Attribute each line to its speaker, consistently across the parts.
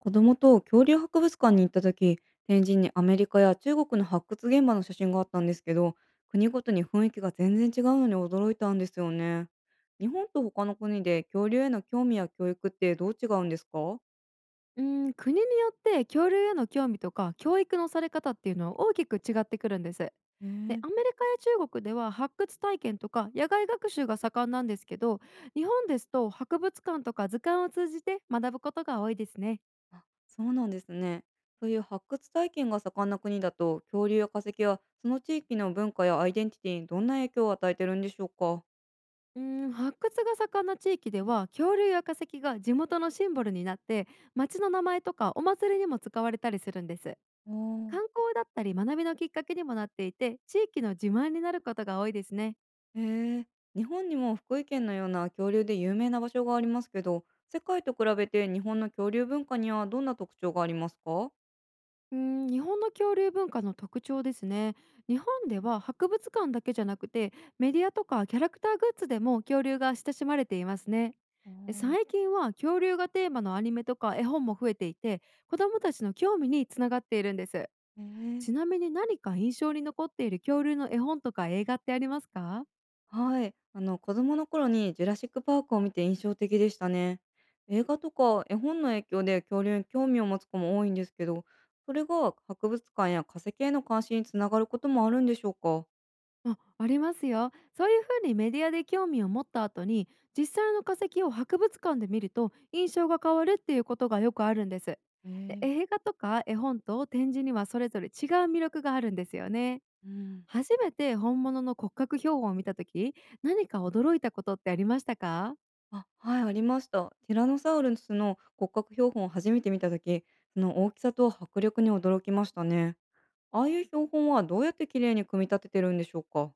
Speaker 1: 子供と恐竜博物館に行った時、天神にアメリカや中国の発掘現場の写真があったんですけど、国ごとに雰囲気が全然違うのに驚いたんですよね。日本と他の国で恐竜への興味や教育ってどう違うんですか？
Speaker 2: うん、国によって恐竜への興味とか教育のされ方っていうのは大きく違ってくるんです。
Speaker 1: へ
Speaker 2: で
Speaker 1: え。
Speaker 2: アメリカや中国では発掘体験とか野外学習が盛んなんですけど、日本ですと博物館とか図鑑を通じて学ぶことが多いですね。
Speaker 1: あ、そうなんですね。そういう発掘体験が盛んな国だと恐竜や化石はその地域の文化やアイデンティティにどんな影響を与えてるんでしょうか？
Speaker 2: うん、発掘が盛んな地域では恐竜や化石が地元のシンボルになって、町の名前とかお祭りにも使われたりするんです。
Speaker 1: ああー。
Speaker 2: 観光だったり学びのきっかけにもなっていて、地域の自慢になることが多いですね。
Speaker 1: へえ、日本にも福井県のような恐竜で有名な場所がありますけど、世界と比べて日本の恐竜文化にはどんな特徴がありますか？
Speaker 2: うん、日本の恐竜文化の特徴ですね。日本では博物館だけじゃなくて、メディアとかキャラクターグッズでも恐竜が親しまれていますね。
Speaker 1: あ
Speaker 2: で
Speaker 1: ー。
Speaker 2: 最近は恐竜がテーマのアニメとか絵本も増えていて、子どもたちの興味につながっているんです。
Speaker 1: ええ、
Speaker 2: ちなみに何か印象に残っている恐竜の絵本とか映画ってありますか？
Speaker 1: はい。あの、子供の頃にジュラシックパークを見て印象的でしたね。映画とか絵本の影響で恐竜に興味を持つ子も多いんですけど、それが博物館や化石への関心につながることもあるんでしょうか？
Speaker 2: あ、ありますよ。そういうふうにメディアで興味を持った後に、実際の化石を博物館で見ると印象が変わるっていうことがよくあるんです。
Speaker 1: え
Speaker 2: で
Speaker 1: ー。
Speaker 2: 映画とか絵本と展示にはそれぞれ違う魅力があるんですよね。
Speaker 1: うん。
Speaker 2: 初めて本物の骨格標本を見た時、何か驚いたことってありましたか？
Speaker 1: あ、はい、ありました。ティラノサウルスの骨格標本を初めて見たとき、その大きさと迫力に驚きましたね。ああいう標本はどうやって綺麗に組み立ててるんでしょうか？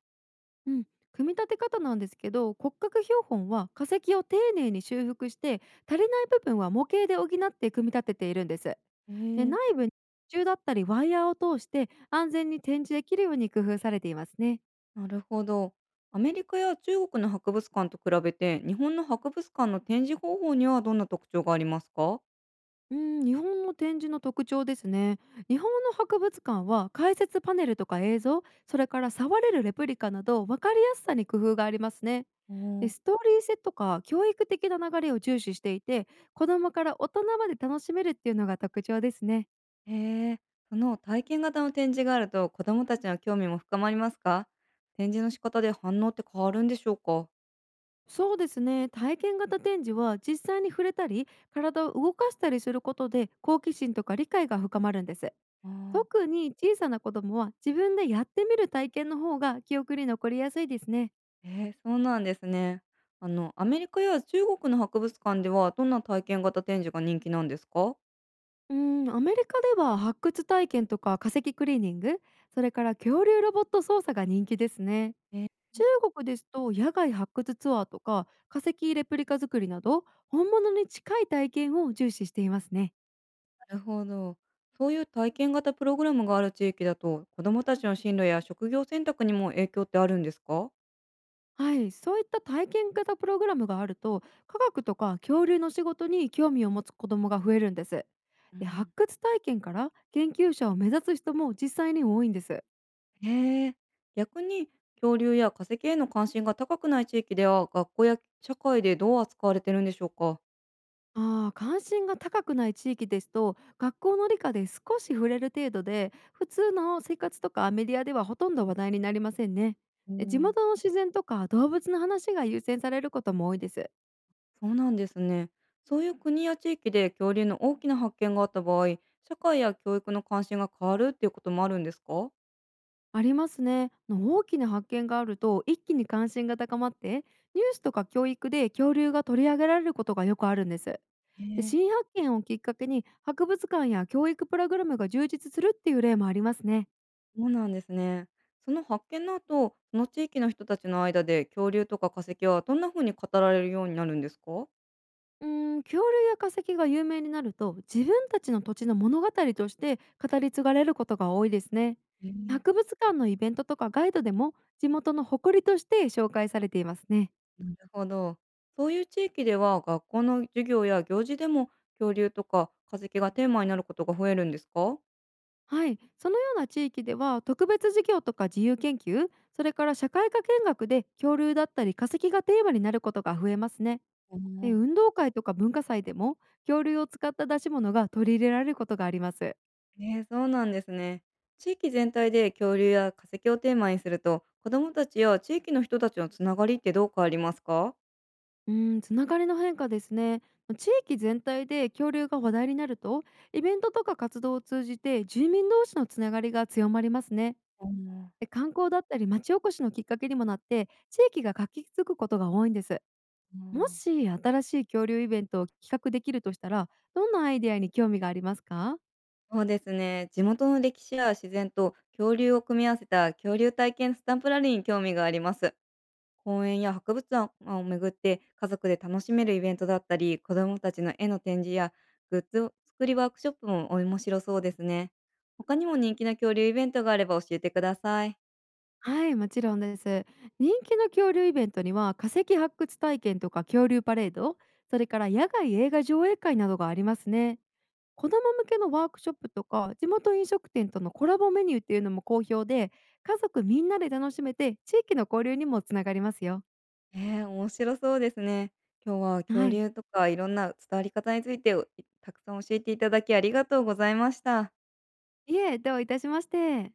Speaker 2: うん、組み立て方なんですけど、骨格標本は化石を丁寧に修復して、足りない部分は模型で補って組み立てているんです。
Speaker 1: え
Speaker 2: で
Speaker 1: ー。
Speaker 2: 内部に支柱だったりワイヤーを通して安全に展示できるように工夫されていますね。
Speaker 1: なるほど。アメリカや中国の博物館と比べて日本の博物館の展示方法にはどんな特徴がありますか？
Speaker 2: うん、日本の展示の特徴ですね。日本の博物館は解説パネルとか映像、それから触れるレプリカなど分かりやすさに工夫がありますね。
Speaker 1: お
Speaker 2: で
Speaker 1: ー。
Speaker 2: ストーリー性とか教育的な流れを重視していて、子どもから大人まで楽しめるっていうのが特徴ですね。
Speaker 1: へえ、その体験型の展示があると子どもたちの興味も深まりますか？展示の仕方で反応って変わるんでしょうか？
Speaker 2: そうですね、体験型展示は実際に触れたり体を動かしたりすることで好奇心とか理解が深まるんです。
Speaker 1: あー。
Speaker 2: 特に小さな子供は自分でやってみる体験の方が記憶に残りやすいですね。
Speaker 1: ええ、そうなんですね。あの、アメリカや中国の博物館では、どんな体験型展示が人気なんですか？
Speaker 2: うん、アメリカでは発掘体験とか化石クリーニング、それから恐竜ロボット操作が人気ですね。
Speaker 1: えー、
Speaker 2: 中国ですと野外発掘ツアーとか化石レプリカ作りなど本物に近い体験を重視していますね。
Speaker 1: なるほど。そういう体験型プログラムがある地域だと、子どもたちの進路や職業選択にも影響ってあるんですか？
Speaker 2: はい、そういった体験型プログラムがあると、科学とか恐竜の仕事に興味を持つ子どもが増えるんです。
Speaker 1: う
Speaker 2: で
Speaker 1: ん。
Speaker 2: 発掘体験から研究者を目指す人も実際に多いんです。
Speaker 1: へえ。逆に、恐竜や化石への関心が高くない地域では、学校や社会でどう扱われてるんでしょうか？
Speaker 2: ああ、関心が高くない地域ですと、学校の理科で少し触れる程度で、普通の生活とかメディアではほとんど話題になりませんね。
Speaker 1: う
Speaker 2: で地
Speaker 1: ん。
Speaker 2: 元の自然とか動物の話が優先されることも多いです。
Speaker 1: そうなんですね。そういう国や地域で恐竜の大きな発見があった場合、社会や教育の関心が変わるっていうこともあるんですか？
Speaker 2: ありますね。あの、大きな発見があると、一気に関心が高まって、ニュースとか教育で恐竜が取り上げられることがよくあるんです。で
Speaker 1: え
Speaker 2: 新
Speaker 1: え。
Speaker 2: 発見をきっかけに博物館や教育プログラムが充実するっていう例もありますね。
Speaker 1: そうなんですね。その発見の後、その地域の人たちの間で恐竜とか化石はどんな風に語られるようになるんですか？
Speaker 2: うーん、恐竜や化石が有名になると、自分たちの土地の物語として語り継がれることが多いですね。
Speaker 1: ええ。
Speaker 2: 博物館のイベントとかガイドでも地元の誇りとして紹介されていますね。
Speaker 1: なるほど。そういう地域では学校の授業や行事でも恐竜とか化石がテーマになることが増えるんですか？
Speaker 2: はい、そのような地域では特別授業とか自由研究、それから社会科見学で恐竜だったり化石がテーマになることが増えますね。え、
Speaker 1: あ
Speaker 2: 運
Speaker 1: あ。
Speaker 2: 動会とか文化祭でも恐竜を使った出し物が取り入れられることがあります。
Speaker 1: ね、え、そうなんですね。地域全体で恐竜や化石をテーマにすると、子どもたちや地域の人たちのつながりってどう変わりますか？
Speaker 2: うん、つながりの変化ですね。ま、地域全体で恐竜が話題になると、イベントとか活動を通じて住民同士のつながりが強まりますね。
Speaker 1: あの、
Speaker 2: で観光だったり町おこしのきっかけにもなって、地域が活気づくことが多いんです。
Speaker 1: う
Speaker 2: も
Speaker 1: ん。
Speaker 2: し新しい恐竜イベントを企画できるとしたら、どんなアイデアに興味がありますか？
Speaker 1: そうですね。地元の歴史や自然と恐竜を組み合わせた恐竜体験スタンプラリーに興味があります。公園や博物館を巡って家族で楽しめるイベントだったり、子どもたちの絵の展示やグッズ作りワークショップも面白そうですね。他にも人気の恐竜イベントがあれば教えてください。
Speaker 2: はい、もちろんです。人気の恐竜イベントには化石発掘体験とか恐竜パレード、それから野外映画上映会などがありますね。子ども向けのワークショップとか地元飲食店とのコラボメニューっていうのも好評で、家族みんなで楽しめて地域の交流にもつながりますよ。
Speaker 1: ええ、面白そうですね。今日は恐
Speaker 2: はい、
Speaker 1: 竜とかいろんな伝わり方について、おいたくさん教えていただきありがとうございました。
Speaker 2: いえ、どういたしまして。